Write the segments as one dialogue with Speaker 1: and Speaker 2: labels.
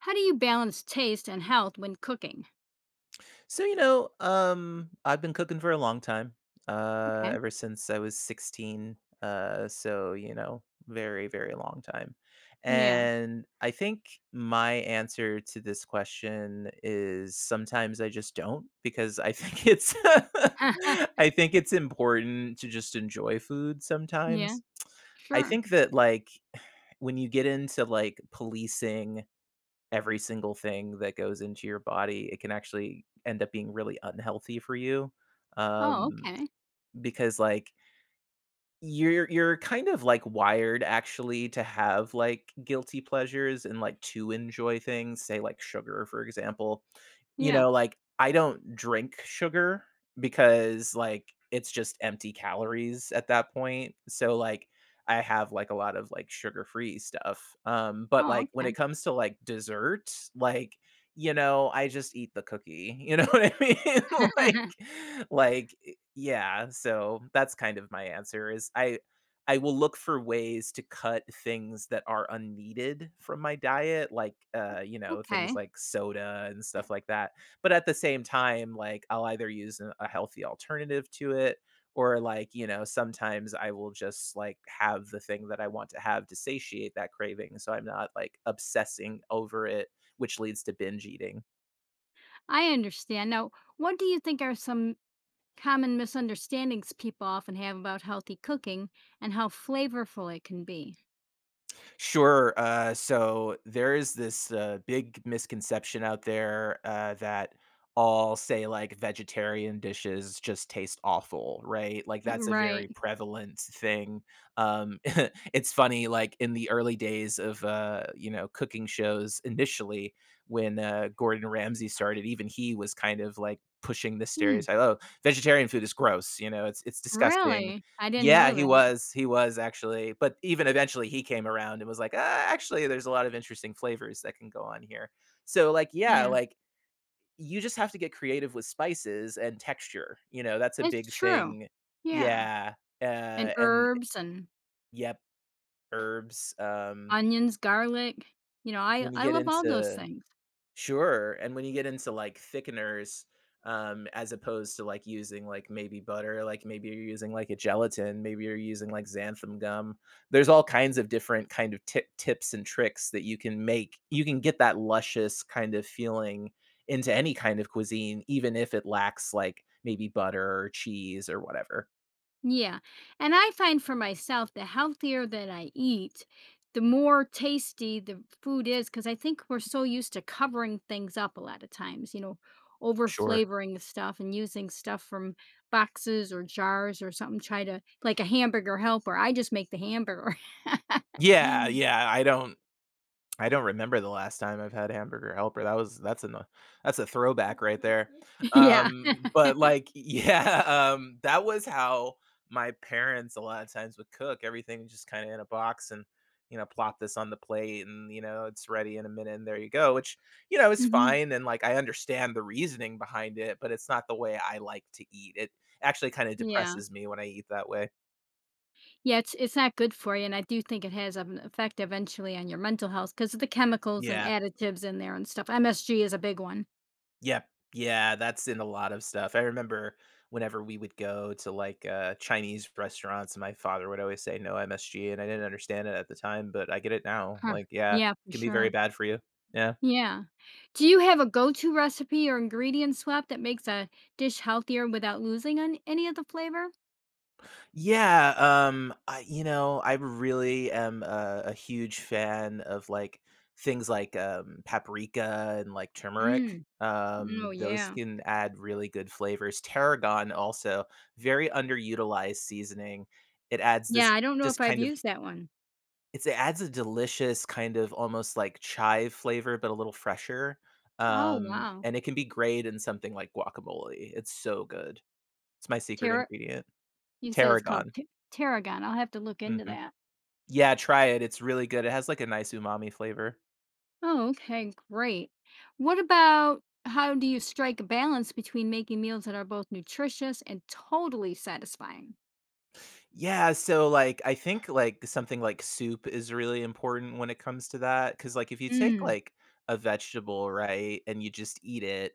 Speaker 1: How do you balance taste and health when cooking?
Speaker 2: I've been cooking for a long time,
Speaker 1: Okay.
Speaker 2: ever since I was 16. Very, very long time.
Speaker 1: Yeah.
Speaker 2: And I think my answer to this question is sometimes I just don't because I think it's I think it's important to just enjoy food
Speaker 1: Yeah.
Speaker 2: sometimes. I
Speaker 1: Sure.
Speaker 2: think that, like, when you get into, like, policing every single thing that goes into your body, it can actually end up being really unhealthy for you.
Speaker 1: Oh,
Speaker 2: Um,
Speaker 1: okay.
Speaker 2: because, like, you're kind of like wired actually to have, like, guilty pleasures and, like, to enjoy things, say, like, sugar, for example. You
Speaker 1: Yeah.
Speaker 2: know, like, I don't drink sugar because, like, it's just empty calories at that point, so, like, I have, like, a lot of, like, sugar-free stuff, but,
Speaker 1: Oh,
Speaker 2: like, when it
Speaker 1: okay.
Speaker 2: comes to, like, dessert, like, I just eat the cookie, you know what I mean? Like so that's kind of my answer is I will look for ways to cut things that are unneeded from my diet, like, things
Speaker 1: Okay.
Speaker 2: like soda and stuff like that. But at the same time, like, I'll either use a healthy alternative to it or, sometimes I will just, like, have the thing that I want to have to satiate that craving so I'm not, like, obsessing over it, which leads to binge eating.
Speaker 1: I understand. Now, what do you think are some common misunderstandings people often have about healthy cooking and how flavorful it can be?
Speaker 2: Sure. So there is this big misconception out there that all, say, like, vegetarian dishes just taste awful, right? Like, that's a
Speaker 1: Right.
Speaker 2: very prevalent thing. Um, it's funny, like, in the early days of cooking shows, initially when Gordon Ramsay started, even he was kind of like pushing the
Speaker 1: Hmm.
Speaker 2: stereotype. Oh, vegetarian food is gross. You know, it's disgusting.
Speaker 1: Really? I didn't
Speaker 2: Yeah,
Speaker 1: know that.
Speaker 2: he was actually, but even eventually he came around and was like, "Ah, actually there's a lot of interesting flavors that can go on here." So, like, yeah,
Speaker 1: Yeah.
Speaker 2: like, you just have to get creative with spices and texture, you know, that's a
Speaker 1: It's
Speaker 2: big
Speaker 1: true.
Speaker 2: thing.
Speaker 1: Yeah.
Speaker 2: Yeah, uh,
Speaker 1: And
Speaker 2: and
Speaker 1: herbs and
Speaker 2: yep, herbs,
Speaker 1: onions, garlic. You know, I
Speaker 2: when you
Speaker 1: I
Speaker 2: get
Speaker 1: love all those
Speaker 2: into
Speaker 1: things.
Speaker 2: Sure, and when you get into, like, thickeners, as opposed to, like, using, like, maybe butter, like, maybe you're using, like, a gelatin, maybe you're using, like, xanthan gum. There's all kinds of different kind of tips and tricks that you can make you can get that luscious kind of feeling into any kind of cuisine, even if it lacks, like, maybe butter or cheese or whatever.
Speaker 1: Yeah. And I find for myself, the healthier that I eat, the more tasty the food is, because I think we're so used to covering things up a lot of times, you know, over
Speaker 2: Sure.
Speaker 1: flavoring the stuff and using stuff from boxes or jars or something, try to, like a hamburger helper. I just make the hamburger.
Speaker 2: Yeah, I don't remember the last time I've had Hamburger Helper. That's an that's a throwback right there.
Speaker 1: Yeah.
Speaker 2: But like, yeah, that was how my parents a lot of times would cook. Everything just kind of in a box, and, you know, plop this on the plate, and, you know, it's ready in a minute and there you go, which, you know, is
Speaker 1: Hmm.
Speaker 2: fine. And, like, I understand the reasoning behind it, but it's not the way I like to eat. It actually kind of
Speaker 1: Yeah.
Speaker 2: depresses me when I eat that way.
Speaker 1: Yeah. It's not good for you. And I do think it has an effect eventually on your mental health because of the chemicals and
Speaker 2: Yeah.
Speaker 1: additives in there and stuff. MSG is a big one.
Speaker 2: Yep. Yeah, that's in a lot of stuff. I remember whenever we would go to like Chinese restaurants, my father would always say no MSG, and I didn't understand it at the time, but I get it now.
Speaker 1: Huh.
Speaker 2: Like, yeah,
Speaker 1: Yeah,
Speaker 2: it
Speaker 1: for
Speaker 2: can be very
Speaker 1: sure.
Speaker 2: bad for you. Yeah.
Speaker 1: Yeah. Do you have a go-to recipe or ingredient swap that makes a dish healthier without losing on any of the flavor?
Speaker 2: Yeah, I, you know, I really am a huge fan of like things like paprika and like turmeric.
Speaker 1: Mm. Oh,
Speaker 2: Those
Speaker 1: yeah.
Speaker 2: can add really good flavors. Tarragon also, very underutilized seasoning. It adds
Speaker 1: Yeah,
Speaker 2: this
Speaker 1: I don't know if
Speaker 2: just
Speaker 1: I've
Speaker 2: kind of
Speaker 1: used that one.
Speaker 2: it adds a delicious kind of almost like chive flavor, but a little fresher.
Speaker 1: Oh, wow.
Speaker 2: And it can be great in something like guacamole. It's so good. It's my secret
Speaker 1: Tara,
Speaker 2: ingredient,
Speaker 1: you said it's called
Speaker 2: tarragon.
Speaker 1: t tarragon. I'll have to look into
Speaker 2: Hmm.
Speaker 1: that.
Speaker 2: Yeah, try it, it's really good, it has, like, a nice umami flavor.
Speaker 1: Oh, okay, great. What about how do you strike a balance between making meals that are both nutritious and totally satisfying?
Speaker 2: Yeah, so, like, I think, like, something like soup is really important when it comes to that. Because, like, if you take,
Speaker 1: Mm.
Speaker 2: like, a vegetable, right, and you just eat it,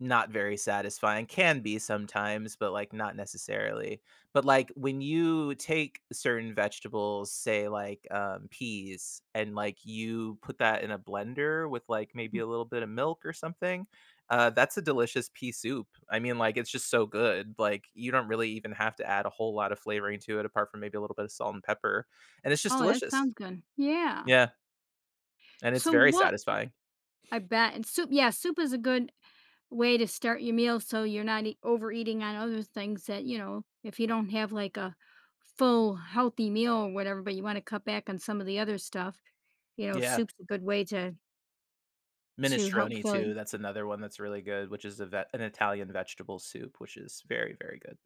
Speaker 2: not very satisfying, can be sometimes, but, like, not necessarily. But, like, when you take certain vegetables, say, like, peas, and, like, you put that in a blender with, like, maybe
Speaker 1: Mm.
Speaker 2: a little bit of milk or something, that's a delicious pea soup. I mean, like, it's just so good, like, you don't really even have to add a whole lot of flavoring to it apart from maybe a little bit of salt and pepper, and it's just
Speaker 1: Oh, that
Speaker 2: delicious.
Speaker 1: sounds good. Yeah.
Speaker 2: Yeah, and it's
Speaker 1: So
Speaker 2: very
Speaker 1: what,
Speaker 2: satisfying.
Speaker 1: I bet, and soup, yeah, soup is a good way to start your meal so you're not ea overeating on other things that, you know, if you don't have, like, a full healthy meal or whatever, but you wanna cut back on some of the other stuff, you know,
Speaker 2: Yeah.
Speaker 1: soup's a good way to help
Speaker 2: Minestrone too, that's another one that's really good, which is a vet an Italian vegetable soup, which is very, very good.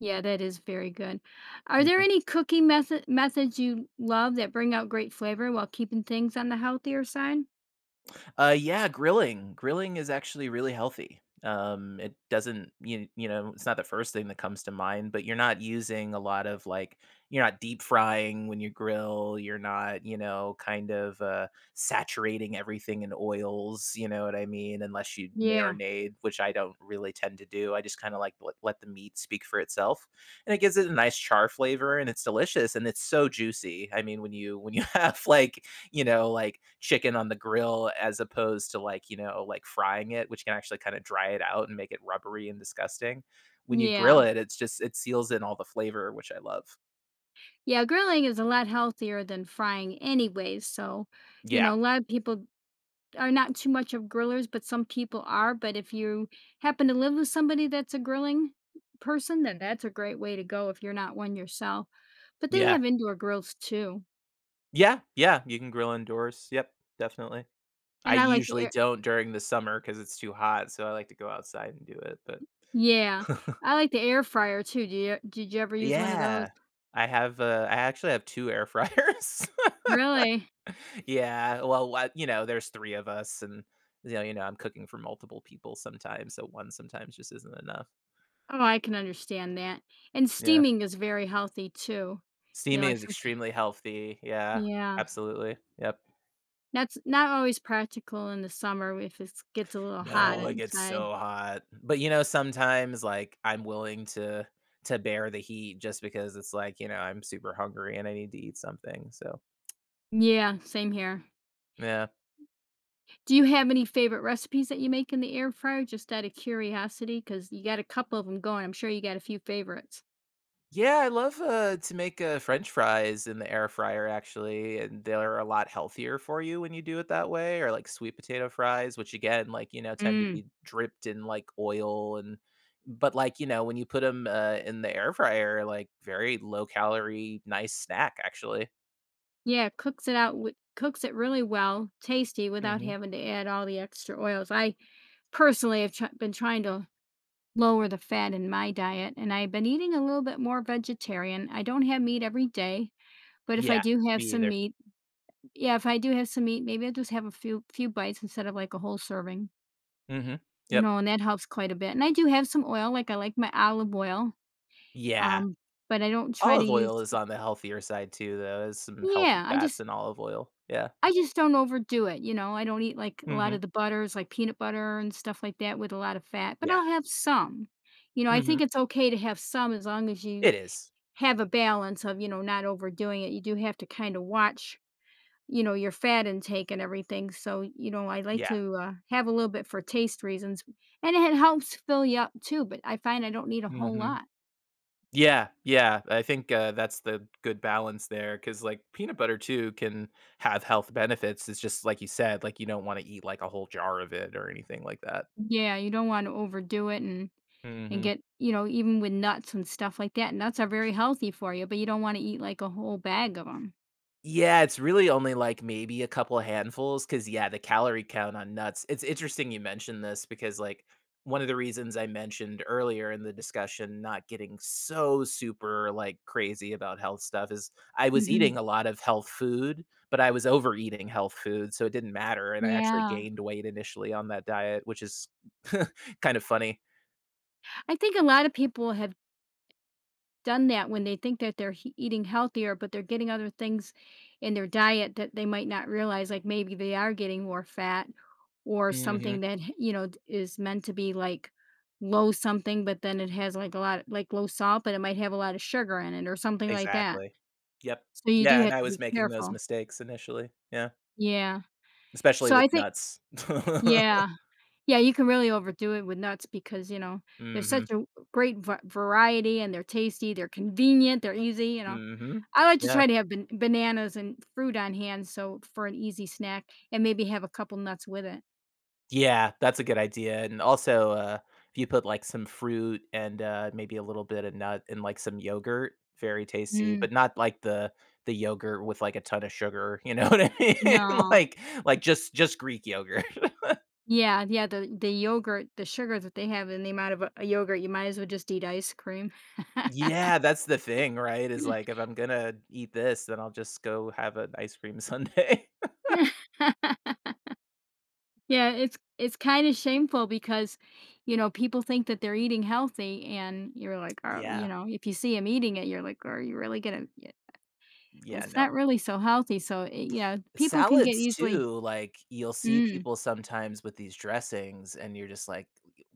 Speaker 1: Yeah, that is very good. Are there any cooking methods you love that bring out great flavor while keeping things on the healthier side?
Speaker 2: Yeah, grilling. Grilling is actually really healthy. It doesn't, you know it's not the first thing that comes to mind, but you're not using a lot of like you're not deep frying when you grill. You're not, you know, kind of saturating everything in oils. You know what I mean? Unless you
Speaker 1: Yeah,
Speaker 2: marinade, which I don't really tend to do. I just kind of like let the meat speak for itself, and it gives it a nice char flavor, and it's delicious, and it's so juicy. I mean, when you have like, you know, like chicken on the grill as opposed to, like, you know, like frying it, which can actually kind of dry it out and make it rubbery and disgusting. When you grill
Speaker 1: yeah.
Speaker 2: it, it's just it seals in all the flavor, which I love.
Speaker 1: Yeah, grilling is a lot healthier than frying anyways, so, you
Speaker 2: Yeah.
Speaker 1: know, a lot of people are not too much of grillers, but some people are. But if you happen to live with somebody that's a grilling person, then that's a great way to go if you're not one yourself. But they
Speaker 2: Yeah.
Speaker 1: have indoor grills too.
Speaker 2: Yeah. Yeah. You can grill indoors. Yep. Definitely. I
Speaker 1: And I like the
Speaker 2: usually
Speaker 1: air
Speaker 2: don't during the summer because it's too hot. So I like to go outside and do it. But
Speaker 1: yeah. I like the air fryer too. Did you ever use one of those?
Speaker 2: yeah, I have, I actually have two air fryers.
Speaker 1: Really?
Speaker 2: Yeah, well, you know, there's 3 of us and, you know, I'm cooking for multiple people sometimes, so 1 sometimes just isn't enough.
Speaker 1: Oh, I can understand that. And
Speaker 2: Yeah.
Speaker 1: steaming is very healthy too. You know,
Speaker 2: Steaming
Speaker 1: like
Speaker 2: is
Speaker 1: something
Speaker 2: extremely healthy, yeah,
Speaker 1: yeah.
Speaker 2: absolutely, yep.
Speaker 1: That's not always practical in the summer if it gets a little hot
Speaker 2: No, it gets
Speaker 1: inside.
Speaker 2: so hot, but, you know, sometimes, like, I'm willing to bear the heat just because it's like, you know, I'm super hungry and I need to eat something, so
Speaker 1: Yeah, same here.
Speaker 2: yeah.
Speaker 1: Do you have any favorite recipes that you make in the air fryer? Just out of curiosity, because you got a couple of them going. I'm sure you got a few favorites.
Speaker 2: Yeah, I love, to make, french fries in the air fryer, actually, and they're a lot healthier for you when you do it that way, or, like, sweet potato fries, which again, like, you know, tend to
Speaker 1: Mm.
Speaker 2: be dripped in, like, oil and but, like, you know, when you put 'em, in the air fryer, like, very low calorie, nice snack, actually.
Speaker 1: Yeah, cooks it out wi cooks it really well, tasty without
Speaker 2: Mhm.
Speaker 1: having to add all the extra oils. I personally have tr been trying to lower the fat in my diet, and I've been eating a little bit more vegetarian. I don't have meat every day, but if I
Speaker 2: Yeah,
Speaker 1: do have
Speaker 2: me
Speaker 1: some
Speaker 2: either.
Speaker 1: meat yeah, if I do have some meat, maybe I'll just have a few bites instead of, like, a whole serving.
Speaker 2: Mhm.
Speaker 1: You
Speaker 2: Yep.
Speaker 1: know, and that helps quite a bit, and I do have some oil, like, I like my olive oil,
Speaker 2: Yeah.
Speaker 1: um, but I don't try to
Speaker 2: Olive
Speaker 1: use.
Speaker 2: oil is on the healthier side too, though, there's some healthy
Speaker 1: Yeah,
Speaker 2: fats in olive oil. Yeah.
Speaker 1: I just don't overdo it, you know, I don't eat, like, a lot
Speaker 2: Mhm.
Speaker 1: of the butters, like peanut butter and stuff like that with a lot of fat, but
Speaker 2: Yeah.
Speaker 1: I'll have some. You know, I
Speaker 2: Mhm.
Speaker 1: think it's okay to have some as long as you
Speaker 2: It is.
Speaker 1: have a balance of, you know, not overdoing it. You do have to kinda watch, you know, your fat intake and everything, so, you know, I like
Speaker 2: Yeah.
Speaker 1: to, have a little bit for taste reasons, and it helps fill you up too, but I find I don't need a whole
Speaker 2: Mhm.
Speaker 1: lot.
Speaker 2: Yeah, I think, that's the good balance there because, like, peanut butter too can have health benefits, it's just like you said, like, you don't wanna eat, like, a whole jar of it or anything like that.
Speaker 1: Yeah, you don't want to overdo it and
Speaker 2: Mhm.
Speaker 1: get, you know, even with nuts and stuff like that. Nuts are very healthy for you, but you don't want to eat like a whole bag of them.
Speaker 2: Yeah, it's really only, like, maybe a couple handfuls because yeah, the calorie count on nuts, it's interesting you mentioned this because, like, one of the reasons I mentioned earlier in the discussion not getting so super, like, crazy about health stuff is I was
Speaker 1: Hmm.
Speaker 2: eating a lot of health food, but I was overeating health food, so it didn't matter, and I actually
Speaker 1: Yeah.
Speaker 2: gained weight initially on that diet, which is kind of funny.
Speaker 1: I think a lot of people have done that when they think that eating healthier, but they're getting other things in their diet that they might not realize. Like maybe they are getting more fat or
Speaker 2: Mhm.
Speaker 1: something that, you know, is meant to be like low something, but then it has like a lot, like low salt, but it might have a lot of sugar in it or something like that.
Speaker 2: Exactly. Yep.
Speaker 1: So you do
Speaker 2: Yeah, and
Speaker 1: have
Speaker 2: I
Speaker 1: to
Speaker 2: was
Speaker 1: be
Speaker 2: making those
Speaker 1: careful.
Speaker 2: mistakes initially. Yeah.
Speaker 1: Yeah.
Speaker 2: Especially
Speaker 1: So
Speaker 2: with
Speaker 1: I think,
Speaker 2: nuts.
Speaker 1: yeah. Yeah, you can really overdo it with nuts because, you know, there's
Speaker 2: Mhm,
Speaker 1: such a great va variety and they're tasty, they're convenient, they're easy, you know.
Speaker 2: mhm.
Speaker 1: I like to
Speaker 2: Yeah.
Speaker 1: try to have bananas and fruit on hand, so for an easy snack and maybe have a couple nuts with it.
Speaker 2: Yeah, that's a good idea, and also, if you put, like, some fruit and, maybe a little bit of nut and, like, some yogurt, very tasty,
Speaker 1: Mm,
Speaker 2: but not like the yogurt with, like, a ton of sugar, you know what I mean?
Speaker 1: no.
Speaker 2: Like just Greek yogurt.
Speaker 1: Yeah, yeah, the yogurt, the sugar that they have in the amount of a yogurt, you might as well just eat ice cream.
Speaker 2: Yeah, that's the thing, right? Is, like, if I'm gonna eat this, then I'll just go have an ice cream sundae.
Speaker 1: Yeah, it's kind of shameful because, you know, people think that they're eating healthy, and you're like, "Oh," you
Speaker 2: Yeah.
Speaker 1: know, if you see them eating it, you're like, "Are you really gonna yeah,
Speaker 2: Yeah,
Speaker 1: that's not
Speaker 2: no.
Speaker 1: really so healthy." So, yeah, people can get
Speaker 2: Salads
Speaker 1: easily.
Speaker 2: too, like, you'll see
Speaker 1: Mm,
Speaker 2: people sometimes with these dressings, and you're just like,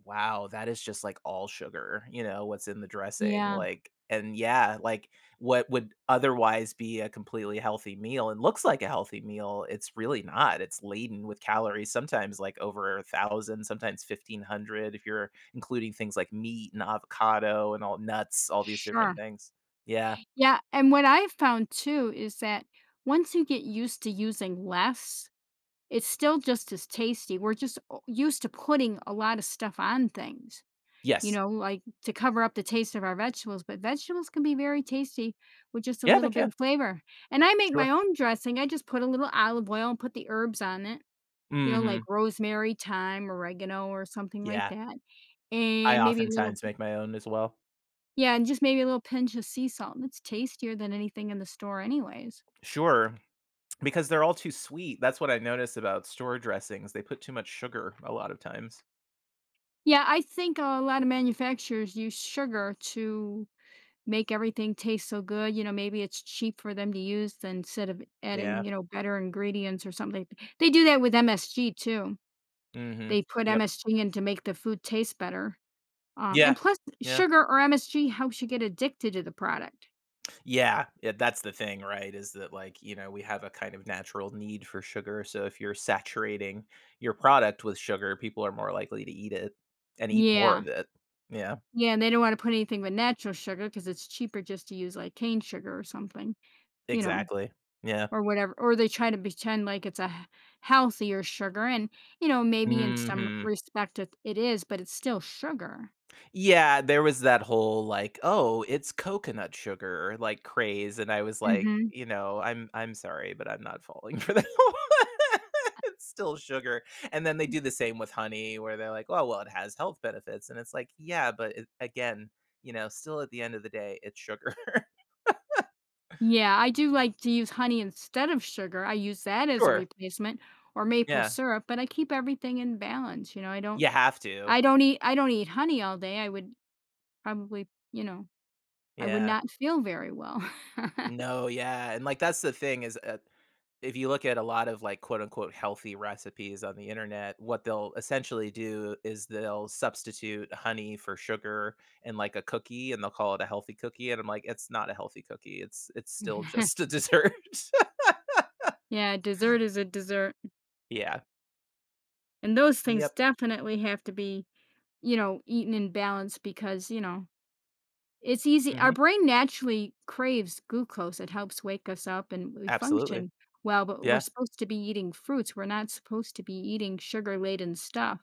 Speaker 2: "Wow, that is just, like, all sugar," you know, what's in the dressing,
Speaker 1: yeah,
Speaker 2: like and yeah, like, what would otherwise be a completely healthy meal and looks like a healthy meal, it's really not, it's laden with calories, sometimes, like, over 1,000, sometimes 1,500 if you're including things like meat and avocado and all nuts, all these different
Speaker 1: sure.
Speaker 2: things. Yeah.
Speaker 1: Yeah, and what I've found too is that once you get used to using less, it's still just as tasty. We're just o used to putting a lot of stuff on things, you
Speaker 2: Yes.
Speaker 1: know, like to cover up the taste of our vegetables, but vegetables can be very tasty with just a
Speaker 2: Yeah,
Speaker 1: little
Speaker 2: they
Speaker 1: bit
Speaker 2: can.
Speaker 1: of flavor. And I make
Speaker 2: Sure.
Speaker 1: my own dressing. I just put a little olive oil and put the herbs on it, you know, like
Speaker 2: Mhm.
Speaker 1: rosemary, thyme, oregano, or something like
Speaker 2: Yeah.
Speaker 1: that.
Speaker 2: I
Speaker 1: And
Speaker 2: oftentimes make my own as well.
Speaker 1: yeah, and just maybe a little pinch of sea salt. And it's tastier than anything in the store, anyways.
Speaker 2: Sure, because they're all too sweet. That's what I notice about store dressings. They put too much sugar a lot of times.
Speaker 1: Yeah, I think a lot of manufacturers use sugar to make everything taste so good. You know, maybe it's cheap for them to use than instead of adding,
Speaker 2: Yeah.
Speaker 1: you know, better ingredients or something. They do that with MSG too.
Speaker 2: Mhm.
Speaker 1: They put
Speaker 2: Yep.
Speaker 1: MSG in to make the food taste better. And
Speaker 2: Yeah.
Speaker 1: plus,
Speaker 2: Yeah.
Speaker 1: sugar or MSG helps you get addicted to the product.
Speaker 2: Yeah. Yeah, that's the thing, right? Is that, like, you know, we have a kind of natural need for sugar. So if you're saturating your product with sugar, people are more likely to eat it and eat more
Speaker 1: Yeah.
Speaker 2: of it. Yeah.
Speaker 1: Yeah. And they don't want to put anything but natural sugar because it's cheaper just to use like cane sugar or something, you know,
Speaker 2: Exactly. Yeah.
Speaker 1: or whatever. Or they try to pretend like it's a healthier sugar. And, you know, maybe in some
Speaker 2: Mhm.
Speaker 1: respect it, it is, but it's still sugar.
Speaker 2: Yeah, there was that whole like, "Oh, it's coconut sugar," like, craze, and I was like,
Speaker 1: Mhm.
Speaker 2: you know, "I'm sorry, but I'm not falling for that." It's still sugar, and then they do the same with honey where they're like, "Oh, well, it has health benefits," and it's like, "Yeah, but it again, you know, still at the end of the day, it's sugar."
Speaker 1: Yeah, I do like to use honey instead of sugar. I use that as a
Speaker 2: Sure.
Speaker 1: replacement or maple
Speaker 2: Yeah.
Speaker 1: syrup, but I keep everything in balance, you know, I don't
Speaker 2: You have to.
Speaker 1: I don't eat I don't eat honey all day. I would probably, you know, I would
Speaker 2: Yeah.
Speaker 1: not feel very well.
Speaker 2: No, yeah, and, like, that's the thing is, if you look at a lot of like quote unquote healthy recipes on the internet, what they'll essentially do is they'll substitute honey for sugar and like a cookie and they'll call it a healthy cookie. And I'm like, it's not a healthy cookie. It's still just a dessert.
Speaker 1: Yeah, dessert is a dessert,
Speaker 2: Yeah.
Speaker 1: and those things
Speaker 2: Yep.
Speaker 1: definitely have to be, you know, eaten in balance because, you know, it's easy, our
Speaker 2: Hmm.
Speaker 1: brain naturally craves glucose, it helps wake us up and we
Speaker 2: Absolutely.
Speaker 1: function well, but we're
Speaker 2: Yeah.
Speaker 1: supposed to be eating fruits, we're not supposed to be eating sugar-laden stuff,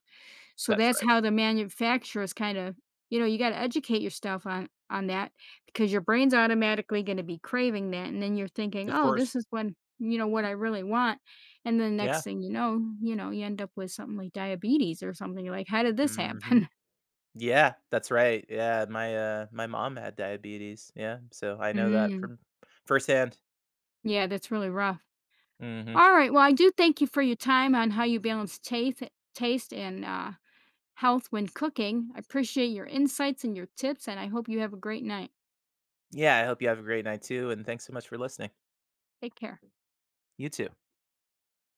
Speaker 1: so
Speaker 2: That's
Speaker 1: that's
Speaker 2: right.
Speaker 1: how the manufacturers kinda, you know, you gotta educate yourself on that because your brain's automatically gonna be craving that, and then you're thinking,
Speaker 2: Of
Speaker 1: "Oh,
Speaker 2: course.
Speaker 1: this is when, you know, what I really want," and then next
Speaker 2: Yeah.
Speaker 1: thing you know, you know, you end up with something like diabetes or something, you're like, "How did this
Speaker 2: Hmm.
Speaker 1: happen?"
Speaker 2: Yeah. That's right. Yeah. My my mom had diabetes. Yeah. So I know that
Speaker 1: Mm.
Speaker 2: from firsthand.
Speaker 1: Yeah, that's really rough.
Speaker 2: Hmm.
Speaker 1: All right. Well, I do thank you for your time on how you balance taste, taste and health when cooking. I appreciate your insights and your tips, and I hope you have a great night.
Speaker 2: Yeah. I hope you have a great night too. And thanks so much for listening.
Speaker 1: Take care.
Speaker 2: You too.